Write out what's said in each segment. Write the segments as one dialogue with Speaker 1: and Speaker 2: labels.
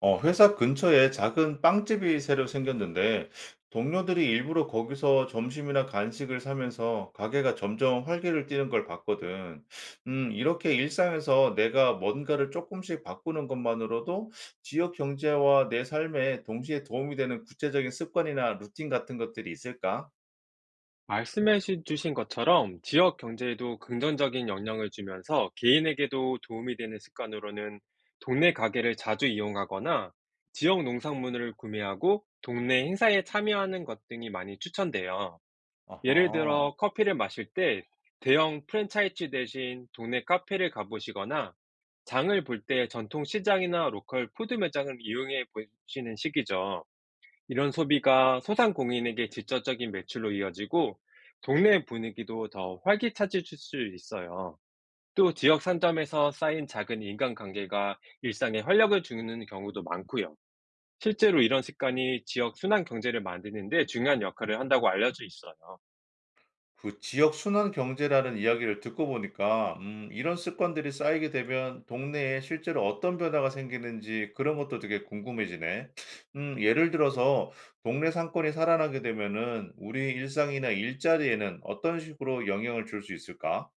Speaker 1: 회사 근처에 작은 빵집이 새로 생겼는데, 동료들이 일부러 거기서 점심이나 간식을 사면서 가게가 점점 활기를 띠는 걸 봤거든. 이렇게 일상에서 내가 뭔가를 조금씩 바꾸는 것만으로도 지역 경제와 내 삶에 동시에 도움이 되는 구체적인 습관이나 루틴 같은 것들이 있을까?
Speaker 2: 신 것처럼 지역 경제에도 긍정적인 영향을 주면서 개인에게도 도움이 되는 습관으로는 동네 가게를 자주 이용하거나 지역 농산물을 구매하고 동네 행사에 참여하는 것 등이 많이 추천돼요. 예를
Speaker 1: 아하.
Speaker 2: 들어 커피를 마실 때 대형 프랜차이즈 대신 동네 카페를 가보시거나 장을 볼 때 전통 시장이나 로컬 푸드 매장을 이용해 보시는 시기죠. 이런 소비가 소상공인에게 직접적인 매출로 이어지고 동네 분위기도 더 활기차질 수 있어요. 또 지역 상점에서 쌓인 작은 인간관계가 일상에 활력을 주는 경우도 많고요. 실제로 이런 습관이 지역 순환 경제를 만드는 데 중요한 역할을 한다고 알려져 있어요.
Speaker 1: 그 지역 순환 경제라는 이야기를 듣고 보니까 이런 습관들이 쌓이게 되면 동네에 실제로 어떤 변화가 생기는지 그런 것도 되게 궁금해지네. 예를 들어서 동네 상권이 살아나게 되면은 우리 일상이나 일자리에는 어떤 식으로 영향을 줄 수 있을까?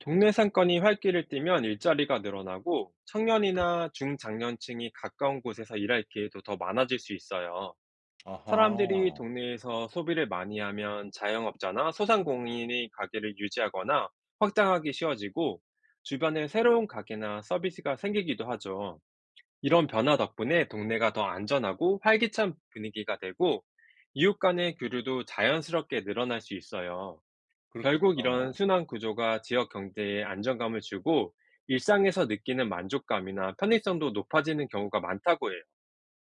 Speaker 2: 동네 상권이 활기를 띠면 일자리가 늘어나고 청년이나 중장년층이 가까운 곳에서 일할 기회도 더 많아질 수 있어요. 사람들이
Speaker 1: 아하.
Speaker 2: 동네에서 소비를 많이 하면 자영업자나 소상공인이 가게를 유지하거나 확장하기 쉬워지고, 주변에 새로운 가게나 서비스가 생기기도 하죠. 이런 변화 덕분에 동네가 더 안전하고 활기찬 분위기가 되고, 이웃 간의 교류도 자연스럽게 늘어날 수 있어요. 결국
Speaker 1: 그렇겠다.
Speaker 2: 이런 순환 구조가 지역 경제에 안정감을 주고, 일상에서 느끼는 만족감이나 편의성도 높아지는 경우가 많다고 해요.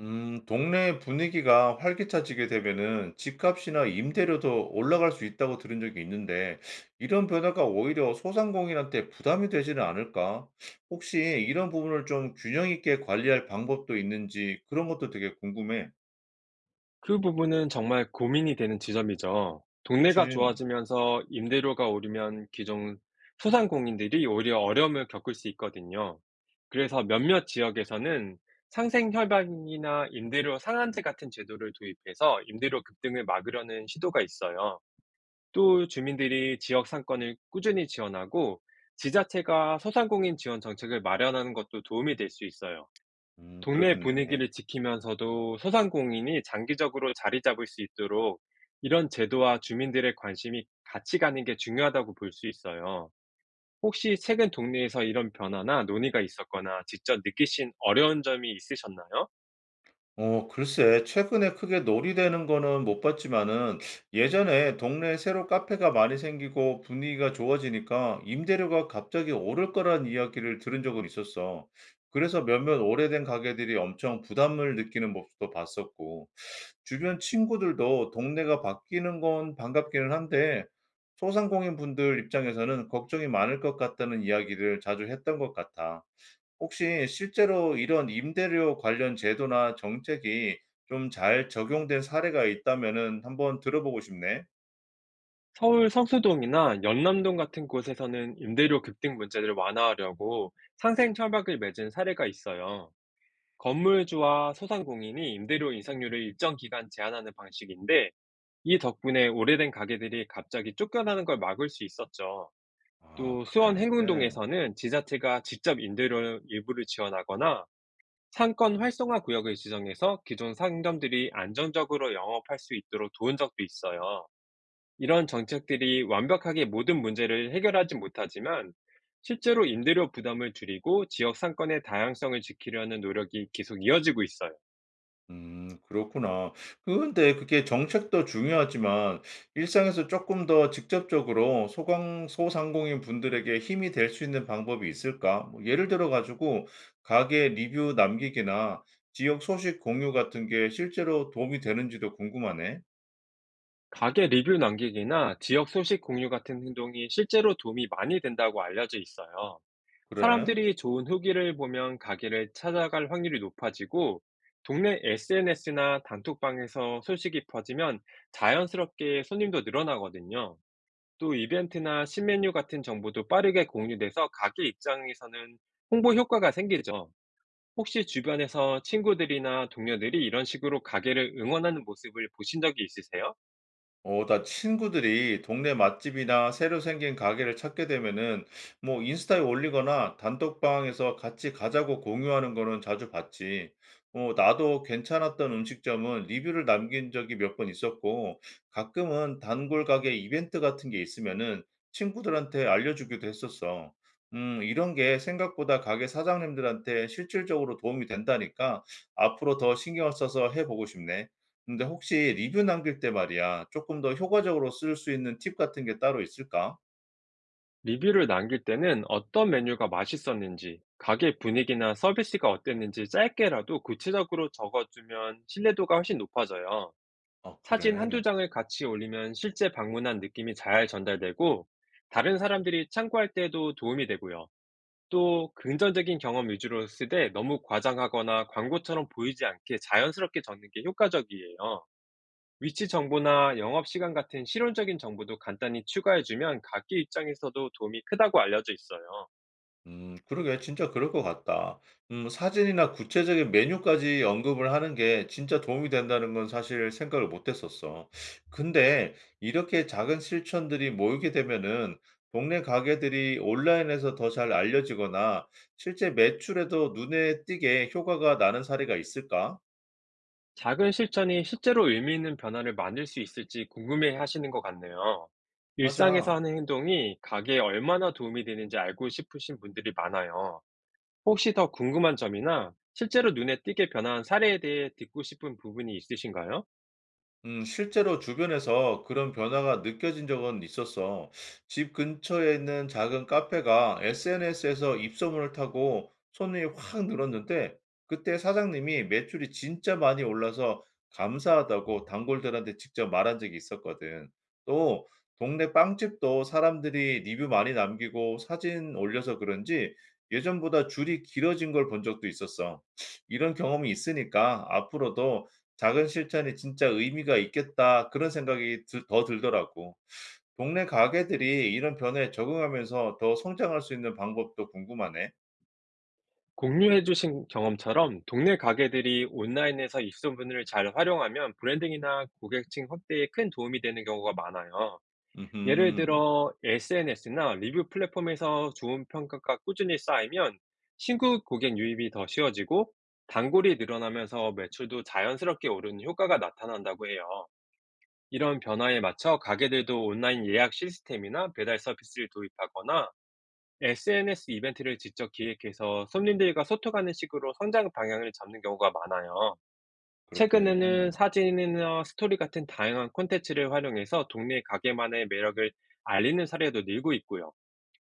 Speaker 1: 동네 분위기가 활기차지게 되면은 집값이나 임대료도 올라갈 수 있다고 들은 적이 있는데, 이런 변화가 오히려 소상공인한테 부담이 되지는 않을까? 혹시 이런 부분을 좀 균형 있게 관리할 방법도 있는지 그런 것도 되게 궁금해.
Speaker 2: 그 부분은 정말 고민이 되는 지점이죠. 동네가
Speaker 1: 그치?
Speaker 2: 좋아지면서 임대료가 오르면 기존 소상공인들이 오히려 어려움을 겪을 수 있거든요. 그래서 몇몇 지역에서는 상생 협약이나 임대료 상한제 같은 제도를 도입해서 임대료 급등을 막으려는 시도가 있어요. 또 주민들이 지역 상권을 꾸준히 지원하고, 지자체가 소상공인 지원 정책을 마련하는 것도 도움이 될 수 있어요. 동네
Speaker 1: 그렇겠네.
Speaker 2: 분위기를 지키면서도 소상공인이 장기적으로 자리 잡을 수 있도록 이런 제도와 주민들의 관심이 같이 가는 게 중요하다고 볼 수 있어요. 혹시 최근 동네에서 이런 변화나 논의가 있었거나 직접 느끼신 어려운 점이 있으셨나요?
Speaker 1: 글쎄 최근에 크게 놀이되는 거는 못 봤지만은 예전에 동네에 새로 카페가 많이 생기고 분위기가 좋아지니까 임대료가 갑자기 오를 거란 이야기를 들은 적은 있었어. 그래서 몇몇 오래된 가게들이 엄청 부담을 느끼는 모습도 봤었고 주변 친구들도 동네가 바뀌는 건 반갑기는 한데 소상공인 분들 입장에서는 걱정이 많을 것 같다는 이야기를 자주 했던 것 같아. 혹시 실제로 이런 임대료 관련 제도나 정책이 좀 잘 적용된 사례가 있다면은 한번 들어보고 싶네.
Speaker 2: 서울 성수동이나 연남동 같은 곳에서는 임대료 급등 문제를 완화하려고 상생 협약을 맺은 사례가 있어요. 건물주와 소상공인이 임대료 인상률을 일정 기간 제한하는 방식인데, 이 덕분에 오래된 가게들이 갑자기 쫓겨나는 걸 막을 수 있었죠.
Speaker 1: 아
Speaker 2: 또 수원
Speaker 1: 그래.
Speaker 2: 행궁동에서는 지자체가 직접 임대료 일부를 지원하거나 상권 활성화 구역을 지정해서 기존 상점들이 안정적으로 영업할 수 있도록 도운 적도 있어요. 이런 정책들이 완벽하게 모든 문제를 해결하지 못하지만, 실제로 임대료 부담을 줄이고 지역 상권의 다양성을 지키려는 노력이 계속 이어지고 있어요.
Speaker 1: 그렇구나. 근데 그게 정책도 중요하지만 일상에서 조금 더 직접적으로 소강 소상공인 분들에게 힘이 될 수 있는 방법이 있을까? 뭐 예를 들어 가지고 가게 리뷰 남기기나 지역 소식 공유 같은 게 실제로 도움이 되는지도 궁금하네.
Speaker 2: 가게 리뷰 남기기나 지역 소식 공유 같은 행동이 실제로 도움이 많이 된다고 알려져 있어요.
Speaker 1: 그래.
Speaker 2: 사람들이 좋은 후기를 보면 가게를 찾아갈 확률이 높아지고, 동네 SNS나 단톡방에서 소식이 퍼지면 자연스럽게 손님도 늘어나거든요. 또 이벤트나 신메뉴 같은 정보도 빠르게 공유돼서 가게 입장에서는 홍보 효과가 생기죠. 혹시 주변에서 친구들이나 동료들이 이런 식으로 가게를 응원하는 모습을 보신 적이 있으세요?
Speaker 1: 나 친구들이 동네 맛집이나 새로 생긴 가게를 찾게 되면은 뭐 인스타에 올리거나 단톡방에서 같이 가자고 공유하는 거는 자주 봤지. 나도 괜찮았던 음식점은 리뷰를 남긴 적이 몇 번 있었고 가끔은 단골 가게 이벤트 같은 게 있으면은 친구들한테 알려주기도 했었어. 이런 게 생각보다 가게 사장님들한테 실질적으로 도움이 된다니까 앞으로 더 신경을 써서 해보고 싶네. 근데 혹시 리뷰 남길 때 말이야 조금 더 효과적으로 쓸 수 있는 팁 같은 게 따로 있을까?
Speaker 2: 리뷰를 남길 때는 어떤 메뉴가 맛있었는지, 가게 분위기나 서비스가 어땠는지 짧게라도 구체적으로 적어주면 신뢰도가 훨씬 높아져요.
Speaker 1: 아
Speaker 2: 사진
Speaker 1: 그래.
Speaker 2: 한두 장을 같이 올리면 실제 방문한 느낌이 잘 전달되고, 다른 사람들이 참고할 때도 도움이 되고요. 또, 긍정적인 경험 위주로 쓰되 너무 과장하거나 광고처럼 보이지 않게 자연스럽게 적는 게 효과적이에요. 위치 정보나 영업 시간 같은 실용적인 정보도 간단히 추가해주면 각기 입장에서도 도움이 크다고 알려져 있어요.
Speaker 1: 그러게 진짜 그럴 것 같다. 사진이나 구체적인 메뉴까지 언급을 하는 게 진짜 도움이 된다는 건 사실 생각을 못 했었어. 근데 이렇게 작은 실천들이 모이게 되면은 동네 가게들이 온라인에서 더 잘 알려지거나 실제 매출에도 눈에 띄게 효과가 나는 사례가 있을까?
Speaker 2: 작은 실천이 실제로 의미 있는 변화를 만들 수 있을지 궁금해 하시는 것 같네요. 일상에서
Speaker 1: 맞아.
Speaker 2: 하는 행동이 가게에 얼마나 도움이 되는지 알고 싶으신 분들이 많아요. 혹시 더 궁금한 점이나 실제로 눈에 띄게 변화한 사례에 대해 듣고 싶은 부분이 있으신가요?
Speaker 1: 실제로 주변에서 그런 변화가 느껴진 적은 있었어. 집 근처에 있는 작은 카페가 SNS에서 입소문을 타고 손님이 확 늘었는데, 그때 사장님이 매출이 진짜 많이 올라서 감사하다고 단골들한테 직접 말한 적이 있었거든. 또, 동네 빵집도 사람들이 리뷰 많이 남기고 사진 올려서 그런지 예전보다 줄이 길어진 걸 본 적도 있었어. 이런 경험이 있으니까 앞으로도 '작은 실천이 진짜 의미가 있겠다.' 그런 생각이 더 들더라고. 동네 가게들이 이런 변화에 적응하면서 더 성장할 수 있는 방법도 궁금하네.
Speaker 2: 공유해 주신 경험처럼 동네 가게들이 온라인에서 입소문을 잘 활용하면 브랜딩이나 고객층 확대에 큰 도움이 되는 경우가 많아요. 예를
Speaker 1: 음
Speaker 2: 들어 SNS나 리뷰 플랫폼에서 좋은 평가가 꾸준히 쌓이면 신규 고객 유입이 더 쉬워지고, 단골이 늘어나면서 매출도 자연스럽게 오르는 효과가 나타난다고 해요. 이런 변화에 맞춰 가게들도 온라인 예약 시스템이나 배달 서비스를 도입하거나 SNS 이벤트를 직접 기획해서 손님들과 소통하는 식으로 성장 방향을 잡는 경우가 많아요.
Speaker 1: 그렇게.
Speaker 2: 최근에는 사진이나 스토리 같은 다양한 콘텐츠를 활용해서 동네 가게만의 매력을 알리는 사례도 늘고 있고요.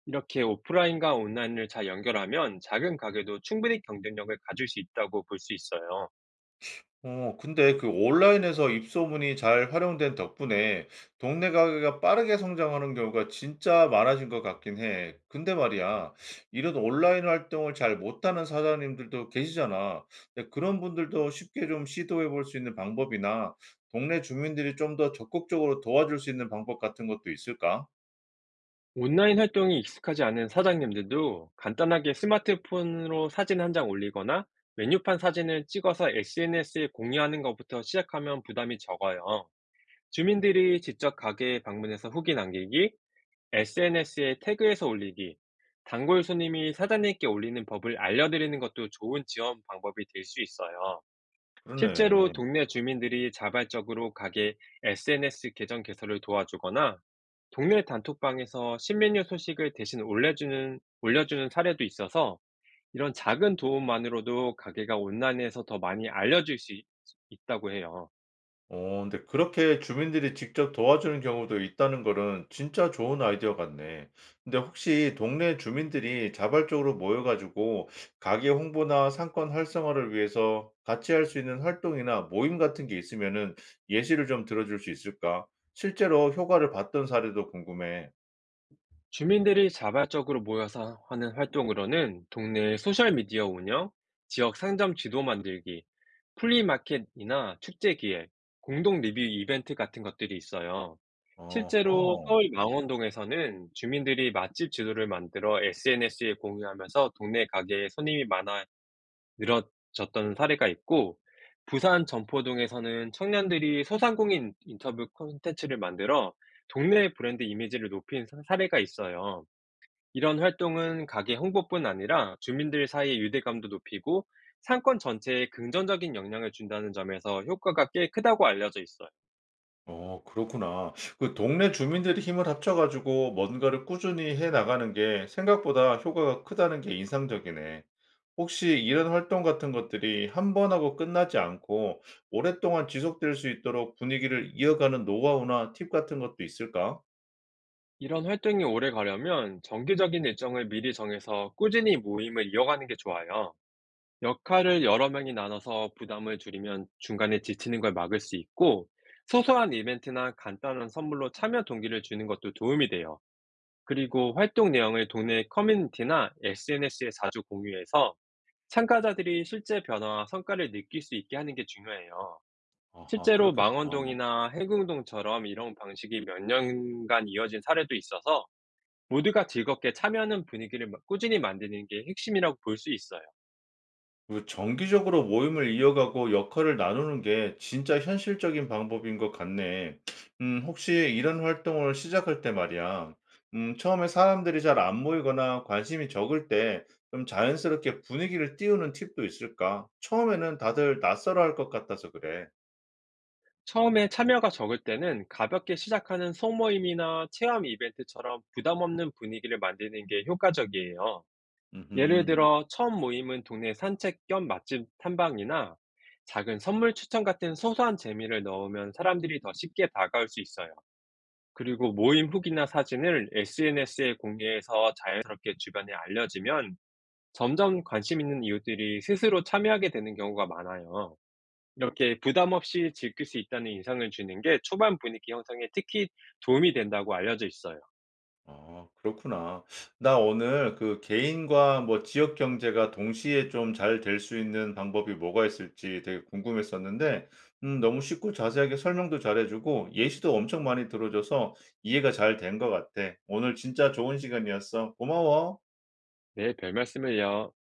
Speaker 2: 이렇게 오프라인과 온라인을 잘 연결하면 작은 가게도 충분히 경쟁력을 가질 수 있다고 볼 수 있어요.
Speaker 1: 근데 그 온라인에서 입소문이 잘 활용된 덕분에 동네 가게가 빠르게 성장하는 경우가 진짜 많아진 것 같긴 해. 근데 말이야, 이런 온라인 활동을 잘 못하는 사장님들도 계시잖아. 근데 그런 분들도 쉽게 좀 시도해 볼 수 있는 방법이나 동네 주민들이 좀 더 적극적으로 도와줄 수 있는 방법 같은 것도 있을까?
Speaker 2: 온라인 활동이 익숙하지 않은 사장님들도 간단하게 스마트폰으로 사진 한 장 올리거나 메뉴판 사진을 찍어서 SNS에 공유하는 것부터 시작하면 부담이 적어요. 주민들이 직접 가게에 방문해서 후기 남기기, SNS에 태그해서 올리기, 단골 손님이 사장님께 올리는 법을 알려드리는 것도 좋은 지원 방법이 될 수 있어요.
Speaker 1: 그렇네.
Speaker 2: 실제로 동네 주민들이 자발적으로 가게 SNS 계정 개설을 도와주거나 동네 단톡방에서 신메뉴 소식을 대신 올려주는 사례도 있어서, 이런 작은 도움만으로도 가게가 온라인에서 더 많이 있다고 해요.
Speaker 1: 근데 그렇게 주민들이 직접 도와주는 경우도 있다는 거는 진짜 좋은 아이디어 같네. 근데 혹시 동네 주민들이 자발적으로 모여 가지고 가게 홍보나 상권 활성화를 위해서 같이 할 수 있는 활동이나 모임 같은 게 있으면은 예시를 좀 들어 줄 수 있을까? 실제로 효과를 봤던 사례도 궁금해.
Speaker 2: 주민들이 자발적으로 모여서 하는 활동으로는 동네 소셜미디어 운영, 지역 상점 지도 만들기, 플리마켓이나 축제 기획, 공동 리뷰 이벤트 같은 것들이 있어요. 실제로
Speaker 1: 어허.
Speaker 2: 서울 망원동에서는 주민들이 맛집 지도를 만들어 SNS에 공유하면서 동네 가게에 손님이 많아 늘어졌던 사례가 있고, 부산 점포동에서는 청년들이 소상공인 인터뷰 콘텐츠를 만들어 동네 브랜드 이미지를 높인 사례가 있어요. 이런 활동은 가게 홍보뿐 아니라 주민들 사이의 유대감도 높이고 상권 전체에 긍정적인 영향을 준다는 점에서 효과가 꽤 크다고 알려져 있어요.
Speaker 1: 그렇구나. 그 동네 주민들이 힘을 합쳐 가지고 뭔가를 꾸준히 해 나가는 게 생각보다 효과가 크다는 게 인상적이네. 혹시 이런 활동 같은 것들이 한 번 하고 끝나지 않고 오랫동안 지속될 수 있도록 분위기를 이어가는 노하우나 팁 같은 것도 있을까?
Speaker 2: 이런 활동이 오래 가려면 정기적인 일정을 미리 정해서 꾸준히 모임을 이어가는 게 좋아요. 역할을 여러 명이 나눠서 부담을 줄이면 중간에 지치는 걸 막을 수 있고, 소소한 이벤트나 간단한 선물로 참여 동기를 주는 것도 도움이 돼요. 그리고 활동 내용을 동네 커뮤니티나 SNS에 자주 공유해서 참가자들이 실제 변화와 성과를 느낄 수 있게 하는 게 중요해요.
Speaker 1: 아하
Speaker 2: 실제로
Speaker 1: 그렇겠다.
Speaker 2: 망원동이나 해궁동처럼 이런 방식이 몇 년간 이어진 사례도 있어서, 모두가 즐겁게 참여하는 분위기를 꾸준히 만드는 게 핵심이라고 볼 수 있어요.
Speaker 1: 그 정기적으로 모임을 이어가고 역할을 나누는 게 진짜 현실적인 방법인 것 같네. 혹시 이런 활동을 시작할 때 말이야. 처음에 사람들이 잘 안 모이거나 관심이 적을 때 좀 자연스럽게 분위기를 띄우는 팁도 있을까? 처음에는 다들 낯설어 할 것 같아서 그래.
Speaker 2: 처음에 참여가 적을 때는 가볍게 시작하는 소모임이나 체험 이벤트처럼 부담 없는 분위기를 만드는 게 효과적이에요. 예를
Speaker 1: 음
Speaker 2: 들어, 처음 모임은 동네 산책 겸 맛집 탐방이나 작은 선물 추천 같은 소소한 재미를 넣으면 사람들이 더 쉽게 다가올 수 있어요. 그리고 모임 후기나 사진을 SNS에 공유해서 자연스럽게 주변에 알려지면 점점 관심 있는 이웃들이 스스로 참여하게 되는 경우가 많아요. 이렇게 부담 없이 즐길 수 있다는 인상을 주는 게 초반 분위기 형성에 특히 도움이 된다고 알려져 있어요.
Speaker 1: 아 그렇구나. 나 오늘 그 개인과 뭐 지역 경제가 동시에 좀 잘 될 수 있는 방법이 뭐가 있을지 되게 궁금했었는데 너무 쉽고 자세하게 설명도 잘해 주고 예시도 엄청 많이 들어 줘서 이해가 잘 된 것 같아. 오늘 진짜 좋은 시간이었어. 고마워.
Speaker 2: 네, 별 말씀을요.